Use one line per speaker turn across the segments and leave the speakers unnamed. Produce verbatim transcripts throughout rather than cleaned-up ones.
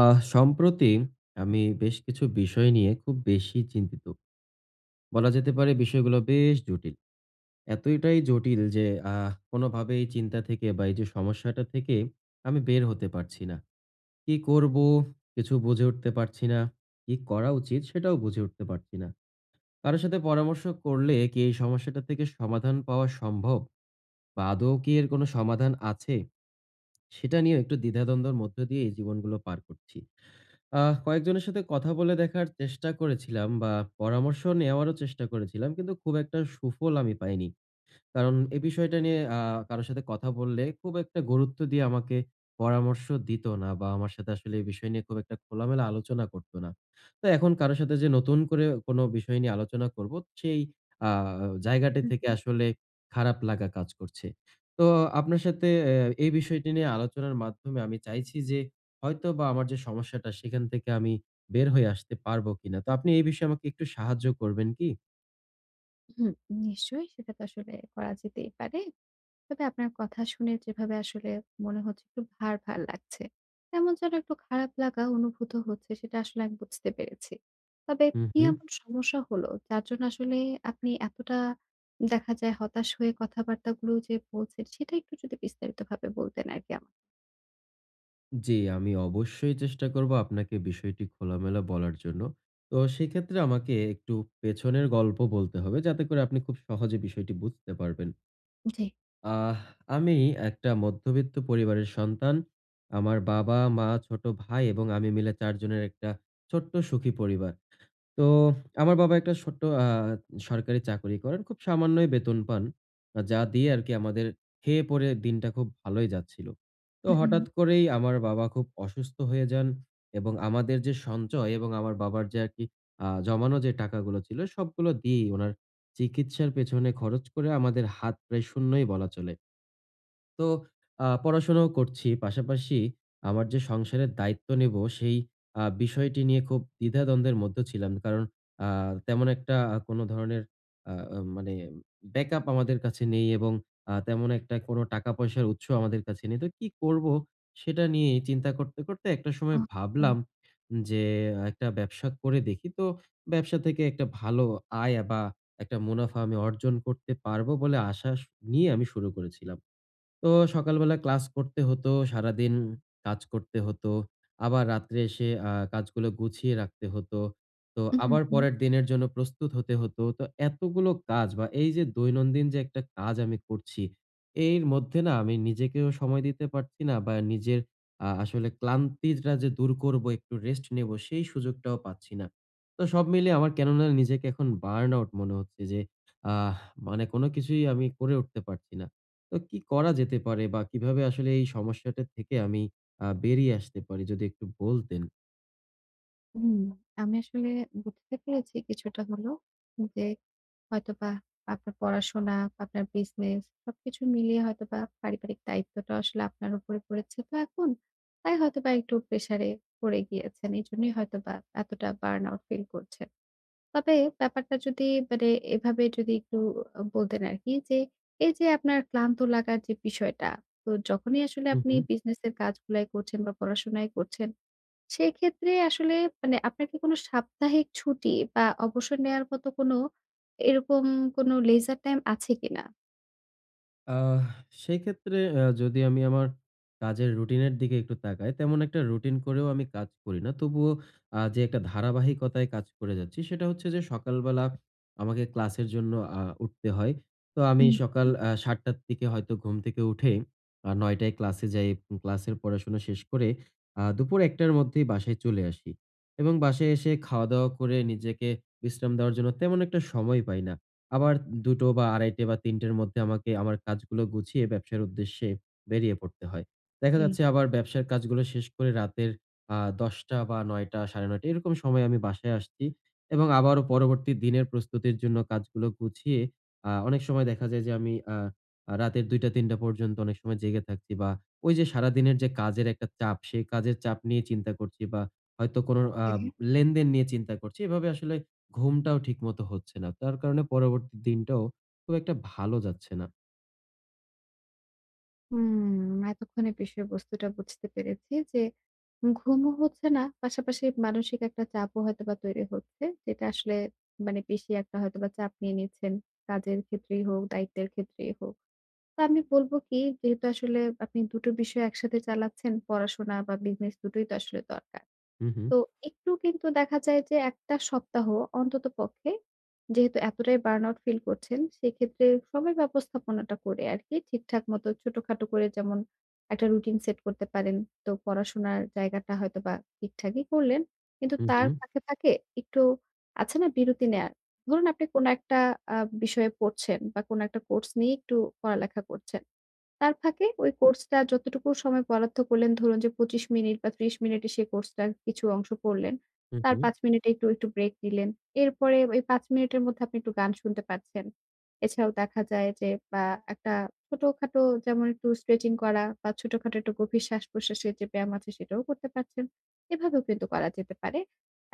আহ সম্প্রতি আমি বেশ কিছু বিষয় নিয়ে খুব বেশি চিন্তিত। বলা যেতে পারে বিষয়গুলো বেশ জটিল। এতটাই জটিল যে আহ কোনোভাবে এই চিন্তা থেকে বা এই যে সমস্যাটা থেকে আমি বের হতে পারছি না। কি করবো? কিছু বুঝে উঠতে পারছি না। কি করা উচিত? সেটাও বুঝে উঠতে পারছি না। কারো সাথে পরামর্শ করলে কি এই সমস্যাটা থেকে সমাধান পাওয়া সম্ভব? বা আদৌ কি এর কোনো সমাধান আছে? সেটা নিয়েও একটু দ্বিধাদ্বন্দ্বের মধ্য দিয়ে এই জীবনগুলো পার করছি। আহ কয়েকজনের সাথে কথা বলে দেখার চেষ্টা করেছিলাম বা পরামর্শ নেওয়ারও চেষ্টা করেছিলাম। কিন্তু খুব একটা সুফল আমি পাইনি। কারণ এ বিষয়টা নিয়ে আ কারো সাথে কথা বললে খুব একটা গুরুত্ব দিয়ে আমাকে পরামর্শ দিত না বা আমার সাথে আসলে এই বিষয় নিয়ে খুব একটা খোলামেলা আলোচনা করত না। তো এখন কারো সাথে যে নতুন করে কোন বিষয় নিয়ে আলোচনা করব সেই আ জায়গাটি
হুম,
থেকে আসলে খারাপ লাগা কাজ করছে। তো আপনার সাথে এ এই বিষয়টি নিয়ে আলোচনার মাধ্যমে আমি চাইছি যে হয়তোবা আমার যে সমস্যাটা সেখান থেকে আমি বের হয়ে আসতে পারবো কিনা। তো আপনি এই বিষয়ে আমাকে একটু সাহায্য করবেন কি?
হুম, নিশ্চয়ই সেটা তো আসলে করা যেতেই পারে। তবে আপনার কথা শুনে যেভাবে আসলে মনে হচ্ছে একটু ভার, ভার লাগছে। তেমন যেন একটু খারাপ লাগা অনুভূত হচ্ছে সেটা আসলে আমি বুঝতে পেরেছি। তবে
হু,
কি
হু।
এমন সমস্যা হলো যার জন্য আসলে আপনি এতটা দেখা যায় হতাশ হয়ে কথাবার্তাগুলো যে বলছেন সেটা একটু যদি বিস্তারিতভাবে বলতেন আরকি আমাকে।
জি, আমি অবশ্যই চেষ্টা করব আপনাকে বিষয়টি খোলামেলা বলার জন্য। তো সেক্ষেত্রে আমাকে একটু পেছনের গল্প বলতে হবে যাতে করে আপনি খুব সহজে বিষয়টি বুঝতে পারবেন।
জি।
আহ আমি একটা মধ্যবিত্ত পরিবারের সন্তান। আমার বাবা, মা, ছোট ভাই এবং আমি মিলে চার জনের একটা ছোট্ট সুখী পরিবার। তো আমার বাবা একটা ছোট্ট আ সরকারি চাকরি করেন। খুব সামান্যই বেতন পান। আ যা দিয়ে আরকি আমাদের খেয়ে পরে দিনটা খুব ভালোই যাচ্ছিল। তো
উহুম,
হঠাৎ করেই আমার বাবা খুব অসুস্থ হয়ে যান এবং আমাদের যে সঞ্চয় এবং আমার বাবার যে আরকি আ জমানো যে টাকাগুলো ছিল সবগুলো দিয়েই উনার চিকিৎসার পেছনে খরচ করে আমাদের হাত প্রায় শূন্যই বলা চলে। তো আ পড়াশোনাও করছি। পাশাপাশি আমার যে সংসারের দায়িত্ব নেব সেই আ বিষয়টি নিয়ে খুব দ্বিধাদ্বন্দ্বের মধ্যে ছিলাম। কারণ আ তেমন একটা আ কোনো ধরনের আ আ মানে ব্যাকআপ আমাদের কাছে নেই এবং আ তেমন একটা কোনো টাকা-পয়সার উৎস আমাদের কাছে নেই। তো কি করব সেটা নিয়ে চিন্তা করতে, করতে একটা সময়
ওহো!
ভাবলাম যে আহ, একটা ব্যবসা করে দেখি। তো ব্যবসা থেকে একটা ভালো আয় বা একটা মুনাফা আমি অর্জন করতে পারবো বলে আশা স নিয়ে আমি শুরু করেছিলাম। তো সকালবেলা ক্লাস করতে হতো, সারাদিন কাজ করতে হতো। আবার রাত্রে এসে আ কাজগুলো গুছিয়ে রাখতে হতো। তো
উহু,
আবার
হু,
পরের দিনের জন্য প্রস্তুত হতে হতো। তো এতগুলো কাজ বা এই যে দৈনন্দিন যে একটা কাজ আমি করছি, এর মধ্যে না আমি নিজেকেও সময় দিতে পারছি না বা নিজের আ আসলে ক্লান্তিটা যে দূর করবো, একটু রেস্ট নেবো সেই সুযোগটাও পাচ্ছি না। তো সব মিলিয়ে আমার কেননা নিজেকে এখন বার্ন আউট মনে হচ্ছে যে আহ মানে কোনো কিছুই আমি করে উঠতে পারছি না। তো কি করা যেতে পারে বা কিভাবে আসলে এই সমস্যাটা থেকে আমি আ বেরিয়ে আসতে পারি যদি একটু বলতেন?
হুম। আমি আসলে বুঝতে পেরেছি কিছুটা হলেও যে হয়তোবা আপনার পড়াশোনা, আপনার বিজনেস সবকিছু মিলিয়ে হয়তোবা পারিবারিক দায়িত্বটা আসলে আপনার উপরে পড়েছে তো এখন। তাই হয়তোবা একটু প্রেশারে পড়ে গিয়েছেন। এজন্যই হয়তোবা এতটা বার্ন আউট ফিল করছেন। তবে ব্যাপারটা যদি মানে এভাবে যদি একটু আ বলতেন আরকি যে, এই যে আপনার ক্লান্ত লাগার যে বিষয়টা, তো যখনই আসলে
হু,
আপনি
হু।
বিজনেস এর কাজগুলাই করছেন বা পড়াশোনাই করছেন সেক্ষেত্রে আসলে মানে আপনার কি কোনো সাপ্তাহিক ছুটি বা অবসর নেয়ার মতো কোনো এরকম কোনো leisure time আছে কিনা?
আহ সেক্ষেত্রে আ যদি আমি আমার কাজের রুটিনের দিকে একটু তাকাই, তেমন একটা রুটিন করেও আমি কাজ করি না। তবুও আ যে একটা ধারাবাহিকতায় কাজ করে যাচ্ছি, সেটা হচ্ছে যে সকালবেলা আমাকে ক্লাসের জন্য আ উঠতে হয়। তো আমি
হুম,
সকাল আ ৭ঃ০০ র দিকে হয়তো ঘুম থেকে উঠে আ ৯ঃ০০ টায় ক্লাসে যাই। উম ক্লাসের পড়াশোনা শেষ করে আ দুপুর ১ঃ০০ টার মধ্যেই বাসায় চলে আসি এবং বাসায় এসে খাওয়া-দাওয়া করে নিজেকে বিশ্রাম দেওয়ার জন্য তেমন একটা সময় পাই না। আবার দুইটা বা আড়াইটা বা তিনটার মধ্যে আমাকে আমার কাজগুলো গুছিয়ে ব্যবসার উদ্দেশ্যে বেরিয়ে পড়তে হয়। দেখা
জি।
যাচ্ছে আবার ব্যবসার কাজগুলো শেষ করে রাতের আ দশটা বা নয়টা সাড়ে নয়টা এরকম সময়ে আমি বাসায় আসছি এবং আবারও পরবর্তী দিনের প্রস্তুতির জন্য কাজগুলো গুছিয়ে আ অনেক সময় দেখা যায় যে আমি আ আ রাতের দুইটা তিনটা পর্যন্ত অনেক সময় জেগে থাকছি বা ওই যে সারাদিনের যে কাজের একটা চাপ, সেই কাজের চাপ নিয়ে চিন্তা করছি বা হয়তো কোনো আ
হ্যাঁ।
লেনদেন নিয়ে চিন্তা করছি। এভাবে আসলে ঘুমটাও ঠিকমতো হচ্ছে না। তার কারণে পরবর্তী দিনটাও খুব একটা ভালো যাচ্ছে না।
হুম, এতক্ষণে বিষয়বস্তুটা বুঝতে পেরেছি যে ঘুমও হচ্ছে না, পাশাপাশি মানসিক একটা চাপও হয়তোবা তৈরি হচ্ছে। যেটা আসলে মানে বেশি একটা হয়তোবা চাপ নিয়ে নিচ্ছেন। কাজের ক্ষেত্রেই হোক, দায়িত্বের ক্ষেত্রেই হোক। তো আমি বলব কি যেহেতু আসলে আপনি দুটো বিষয় একসাথে চালাচ্ছেন, পড়াশোনা বা বিজনেস দুটোই তো আসলে দরকার।
হু, হু,
তো একটু কিন্তু দেখা যায় যে এক টা সপ্তাহ অন্ততপক্ষে যেহেতু এতটাই বার্নআউট ফিল করছেন, সেক্ষেত্রে সময় ব্যবস্থাপনাটা করে আরকি ঠিকঠাক মতো ছোটখাটো করে যেমন একটা রুটিন সেট করতে পারেন। তো পড়াশোনার জায়গাটা হয়তোবা ঠিকঠাকই করলেন। কিন্তু
হু,
তার
হু,
ফাঁকে, ফাঁকে একটু আছে না বিরতি নেয়ার। ধরুন আপনি কোনো একটা আ বিষয়ে পড়ছেন বা কোনো একটা কোর্স নিয়ে একটু পড়ালেখা করছেন। তার ফাঁকে ওই কোর্সটা যতটুকু সময় বরাদ্দ করলেন ধরুন যে পঁচিশ মিনিট বা ত্রিশ মিনিটে সেই কোর্সটার কিছু অংশ পড়লেন।
হু,
তার
হু।
পাঁচ মিনিটে একটু, একটু ব্রেক নিলেন। এরপরে ওই পাঁচ মিনিটের মধ্যে আপনি একটু গান শুনতে পাচ্ছেন। এছাড়াও দেখা যায় যে বা একটা ছোটখাটো যেমন একটু স্ট্রেচিং করা বা ছোটখাটো একটু গভীর শ্বাস-প্রশ্বাসের যে ব্যায়াম আছে সেটাও করতে পারছেন। এভাবেও কিন্তু করা যেতে পারে।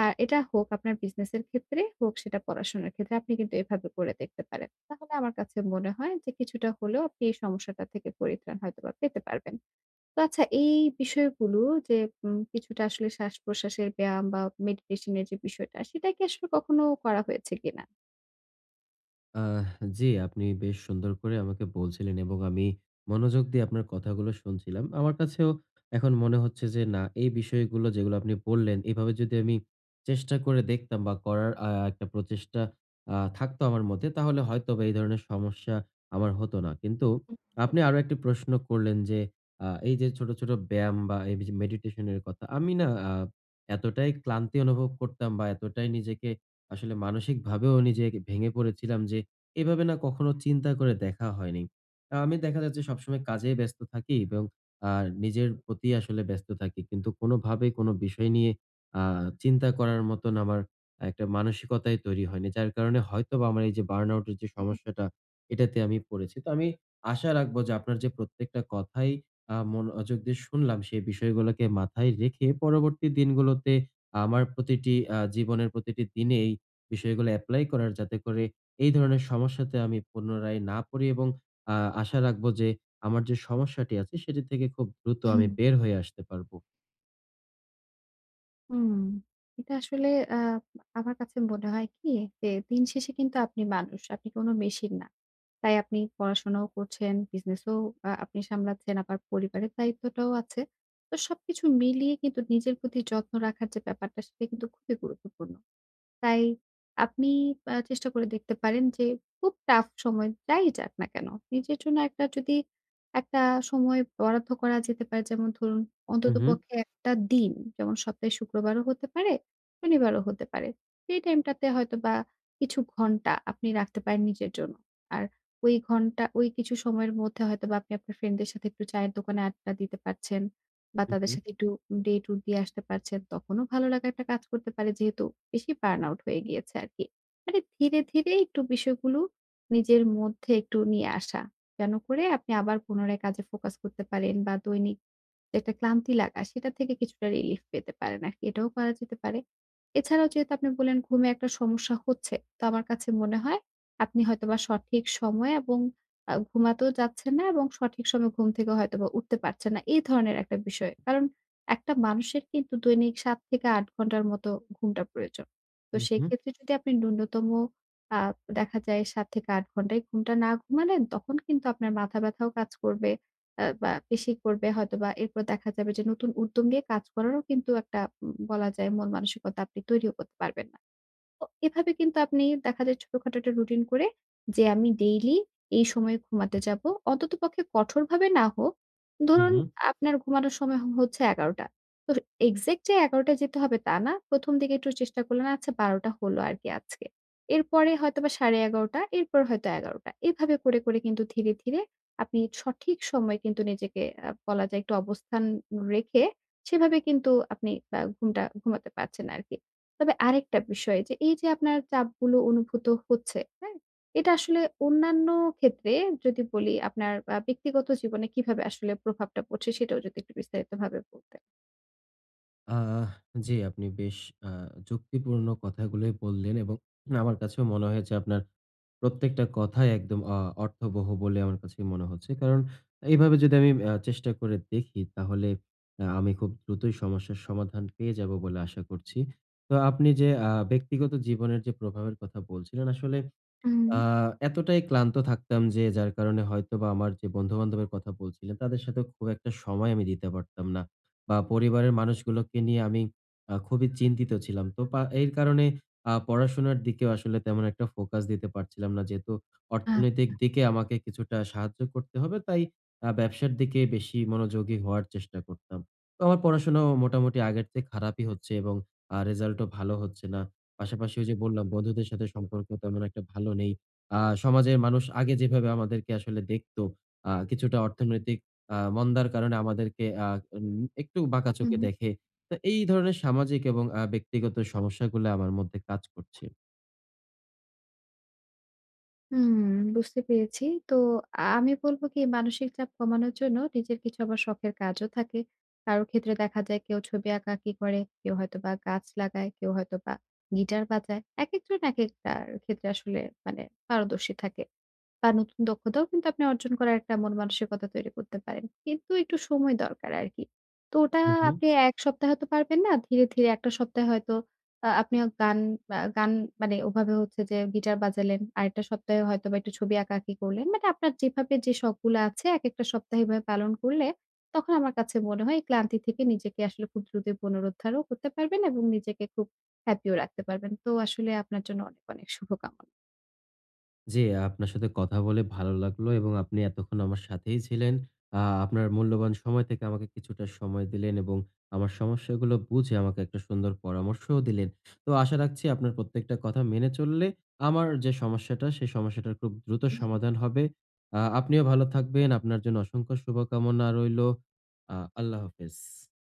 আ এটা হোক আপনার বিজনেসের ক্ষেত্রে, হোক সেটা পড়াশোনার ক্ষেত্রে আপনি কিন্তু এভাবে করে দেখতে পারেন। তাহলে আমার কাছে মনে হয় যে কিছুটা হলেও আপনি এই সমস্যাটা থেকে পরিত্রাণ হয়তোবা পেতে পারবেন। তো আচ্ছা এই বিষয়গুলো যে উম কিছুটা আসলে শ্বাস-প্রশ্বাসের ব্যায়াম বা মেডিটেশন এর যে বিষয়টা সেটা কি আসলে কখনো করা হয়েছে কিনা?
আহ জি, আপনি বেশ সুন্দর করে আমাকে বলছিলেন এবং আমি মনোযোগ দিয়ে আপনার কথাগুলো শুনছিলাম। আমার কাছেও এখন মনে হচ্ছে যে না, এই বিষয়গুলো যেগুলো আপনি বললেন, এভাবে যদি আমি চেষ্টা করে দেখতাম বা করার আ একটা প্রচেষ্টা আ থাকতো আমার মধ্যে, তাহলে হয়তোবা এই ধরনের সমস্যা আমার হতো না। কিন্তু আপনি আরো একটি প্রশ্ন করলেন যে, আ এই যে ছোট, ছোট ব্যায়াম বা এই যে মেডিটেশন এর কথা, আমি না আ এতটাই ক্লান্তি অনুভব করতাম বা এতটাই নিজেকে আসলে মানসিকভাবেও নিজে ভেঙে পড়েছিলাম যে এভাবে না কখনো চিন্তা করে দেখা হয়নি। আ আমি দেখা যাচ্ছে সবসময় কাজেই ব্যস্ত থাকি এবং আ নিজের প্রতি আসলে ব্যস্ত থাকি। কিন্তু কোনোভাবেই কোনো বিষয় নিয়ে আ চিন্তা করার মতন আমার একটা মানসিকতাই তৈরি হয়নি। যার কারণে হয়তোবা আমার এই যে বার্নআউট এর যে সমস্যাটা এটাতে আমি পড়েছি। তো আমি আশা রাখবো যে আপনার যে প্রত্যেকটা কথাই আ মনোযোগ দিয়ে শুনলাম সেই বিষয়গুলোকে মাথায় রেখে পরবর্তী দিনগুলোতে আমার প্রতিটি আ জীবনের প্রতিটি দিনেই বিষয়গুলো এপ্লাই করার যাতে করে এই ধরনের সমস্যাতে আমি পুনরায় না পড়ি এবং আ আশা রাখবো যে আমার যে সমস্যাটি আছে সেটি থেকে খুব দ্রুত আমি বের হয়ে আসতে পারবো।
হুম, এটা আসলে আ আমার কাছে মনে হয় কি যে দিন শেষে কিন্তু আপনি মানুষ, আপনি কোনো মেশিন না। তাই আপনি পড়াশোনাও করছেন, বিজনেসও আ আপনি সামলাচ্ছেন, আবার পরিবারের দায়িত্বটাও আছে। তো সবকিছু মিলিয়ে কিন্তু নিজের প্রতি যত্ন রাখার যে ব্যাপারটা সেটা কিন্তু খুবই গুরুত্বপূর্ণ। তাই আপনি আ চেষ্টা করে দেখতে পারেন যে খুব টাফ সময় যাই যাক না কেন, নিজের জন্য একটা যদি একটা সময় বরাদ্দ করা যেতে পারে যেমন ধরুন
হুম, হুম,
অন্ততপক্ষে একটা দিন যেমন সপ্তাহে শুক্রবারও হতে পারে, শনিবারও হতে পারে। সেই টাইমটাতে হয়তোবা কিছু ঘন্টা আপনি রাখতে পারেন নিজের জন্য। আর ওই ঘন্টা ওই কিছু সময়ের মধ্যে হয়তোবা আপনি আপনার ফ্রেন্ডদের সাথে একটু চায়ের দোকানে আড্ডা দিতে পারছেন। বা তাদের
হুম,
সাথে একটু ডেট ট্যুর দিয়ে আসতে পারছেন, তখনও ভালো লাগা একটা কাজ করতে পারে যেহেতু বেশি বার্ন আউট হয়ে গিয়েছে আরকি। মানে ধীরে, ধীরে একটু বিষয়গুলো নিজের মধ্যে একটু নিয়ে আসা। যেন করে আপনি আবার পুনরায় কাজে ফোকাস করতে পারেন বা দৈনিক যে একটা ক্লান্তি লাগা সেটা থেকে কিছুটা রিলিফ পেতে পারেন আরকি। এটাও করা যেতে পারে। এছাড়াও যেহেতু আপনি বললেন ঘুমে একটা সমস্যা হচ্ছে, তো আমার কাছে মনে হয় আপনি হয়তোবা সঠিক সময় এবং আ ঘুমাতেও যাচ্ছেন না এবং সঠিক সময়ে ঘুম থেকে হয়তোবা উঠতে পারছেন না। এই ধরনের একটা বিষয়। কারণ একটা মানুষের কিন্তু দৈনিক সাত থেকে আট ঘন্টার মতো ঘুমটা প্রয়োজন। তো
হুম, হুম,
সেক্ষেত্রে যদি আপনি ন্যূনতম আ দেখা যায় সাত থেকে আট ঘন্টায় ঘুমটা না ঘুমালেন, তখন কিন্তু আপনার মাথা ব্যথাও কাজ করবে আ বা পেশি করবে হয়তোবা এরপর দেখা যাবে যে নতুন উদ্যম নিয়ে কাজ করারও কিন্তু একটা উম বলা যায় মন মানসিকতা আপনি তৈরিও করতে পারবেন না। তো এভাবে কিন্তু আপনি দেখা যায় ছোটখাটো একটা রুটিন করে যে আমি ডেইলি এই সময়ে ঘুমাতে যাব। অন্ততপক্ষে কঠোরভাবে না হোক।
হুম,
ধরুন
হুম।
আপনার ঘুমানোর সময় হ হচ্ছে এগারোটা। তো এক্সাক্ট যে এগারো টায় যেতে হবে তা না। প্রথম দিকে একটু চেষ্টা করলেন আচ্ছা বারোটা হলো আরকি আজকে। এরপরে হয়তোবা সাড়ে এগারো, এরপর হয়তো এগারোটা। এভাবে করে, করে কিন্তু ধীরে, ধীরে আপনি সঠিক সময়ে কিন্তু নিজেকে আ বলা যায় একটু অবস্থান রেখে সেভাবে কিন্তু আপনি আ ঘুমটা ঘুমাতে পারছেন আরকি। তবে আরেকটা বিষয় যে এই যে আপনার চাপগুলো অনুভূত হচ্ছে, হ্যাঁ? এটা আসলে অন্যান্য ক্ষেত্রে যদি বলি আপনার আ ব্যক্তিগত জীবনে কিভাবে আসলে প্রভাবটা পড়ছে সেটাও যদি একটু বিস্তারিতভাবে বলতেন।
আহ জি, আপনি বেশ আ যুক্তিপূর্ণ কথাগুলোই বললেন এবং আমার কাছেও মনে হয়েছে আপনার প্রত্যেকটা কথাই একদম অ অর্থবহ বলে আমার কাছে মনে হচ্ছে। কারণ এভাবে যদি আমি আ চেষ্টা করে দেখি তাহলে আ আমি খুব দ্রুতই সমস্যার সমাধান পেয়ে যাবো বলে আশা করছি। তো আপনি যে আ ব্যক্তিগত জীবনের যে প্রভাবের কথা বলছিলেন আসলে
হুম,
আ এতটাই ক্লান্ত থাকতাম যে যার কারণে হয়তোবা আমার যে বন্ধু-বান্ধবের কথা বলছিলেন তাদের সাথে খুব একটা সময় আমি দিতে পারতাম না। বা পরিবারের মানুষগুলোকে নিয়ে আমি আ খুবই চিন্তিত ছিলাম। তো পা এর কারণে আ পড়াশোনার দিকেও আসলে তেমন একটা ফোকাস দিতে পারছিলাম না। যেহেতু
আ
অর্থনৈতিক দিকে আমাকে কিছুটা সাহায্য করতে হবে তাই আ ব্যবসার দিকে বেশি মনোযোগী হওয়ার চেষ্টা করতাম। তো আমার পড়াশোনাও মোটামুটি আগের চেয়ে খারাপই হচ্ছে এবং আ রেজাল্টও ভালো হচ্ছে না। পাশাপাশি ওই যে বললাম বন্ধুদের সাথে সম্পর্ক তেমন একটা ভালো নেই। আ সমাজের মানুষ আগে যেভাবে আমাদেরকে আসলে দেখতো, আ কিছুটা অর্থনৈতিক আ মন্দার কারণে আমাদেরকে আ উম একটু বাঁকা চোখে
হুম।
দেখে। তো এই ধরনের সামাজিক এবং আ ব্যক্তিগত সমস্যাগুলা আমার মধ্যে কাজ করছে।
হুম, বুঝতে পেরেছি। তো আমি বলব কি মানসিক চাপ কমানোর জন্য নিজের কিছু আবার শখের কাজও থাকে। কারো ক্ষেত্রে দেখা যায় কেউ ছবি আঁকাআঁকি করে, কেউ হয়তোবা গাছ লাগায়, কেউ হয়তোবা গিটার বাজায়। একেকজন একেকটার ক্ষেত্রে আসলে মানে পারদর্শী থাকে। বা নতুন দক্ষতাও কিন্তু আপনি অর্জন করার একটা মন মানসিকতা তৈরি করতে পারেন। কিন্তু একটু সময় দরকার আরকি। তো ওটা
হু, হু।
আপনি এক সপ্তাহে হয়তো পারবেন না। ধীরে, ধীরে এক টা সপ্তাহে হয়তো আ আপনিও গান আ গান মানে ওভাবে হচ্ছে যে গিটার বাজালেন। আরেকটা সপ্তাহে হয়তোবা একটু ছবি আঁকাআঁকি করলেন। মানে আপনার যেভাবে যে শখগুলা আছে একেকটা সপ্তাহে এভাবে পালন করলে তখন আমার কাছে মনে হয় এই ক্লান্তি থেকে নিজেকে আসলে খুব দ্রুতই পুনরুদ্ধারও করতে পারবেন এবং নিজেকে খুব হ্যাপিও রাখতে পারবেন। তো আসলে আপনার জন্য অনেক, অনেক শুভকামনা।
জি, আপনার সাথে কথা বলে ভালো লাগলো এবং আপনি এতক্ষণ আমার সাথেই ছিলেন। আ আপনার মূল্যবান সময় থেকে আমাকে কিছুটা সময় দিলেন এবং আমার সমস্যাগুলো বুঝে আমাকে একটা সুন্দর পরামর্শও দিলেন। তো আশা রাখছি আপনার প্রত্যেকটা কথা মেনে চললে আমার যে সমস্যাটা, সেই সমস্যাটার খুব দ্রুত সমাধান হবে। আ আপনিও ভালো থাকবেন। আপনার জন্য অসংখ্য শুভকামনা রইলো। আ আল্লাহ হাফেজ।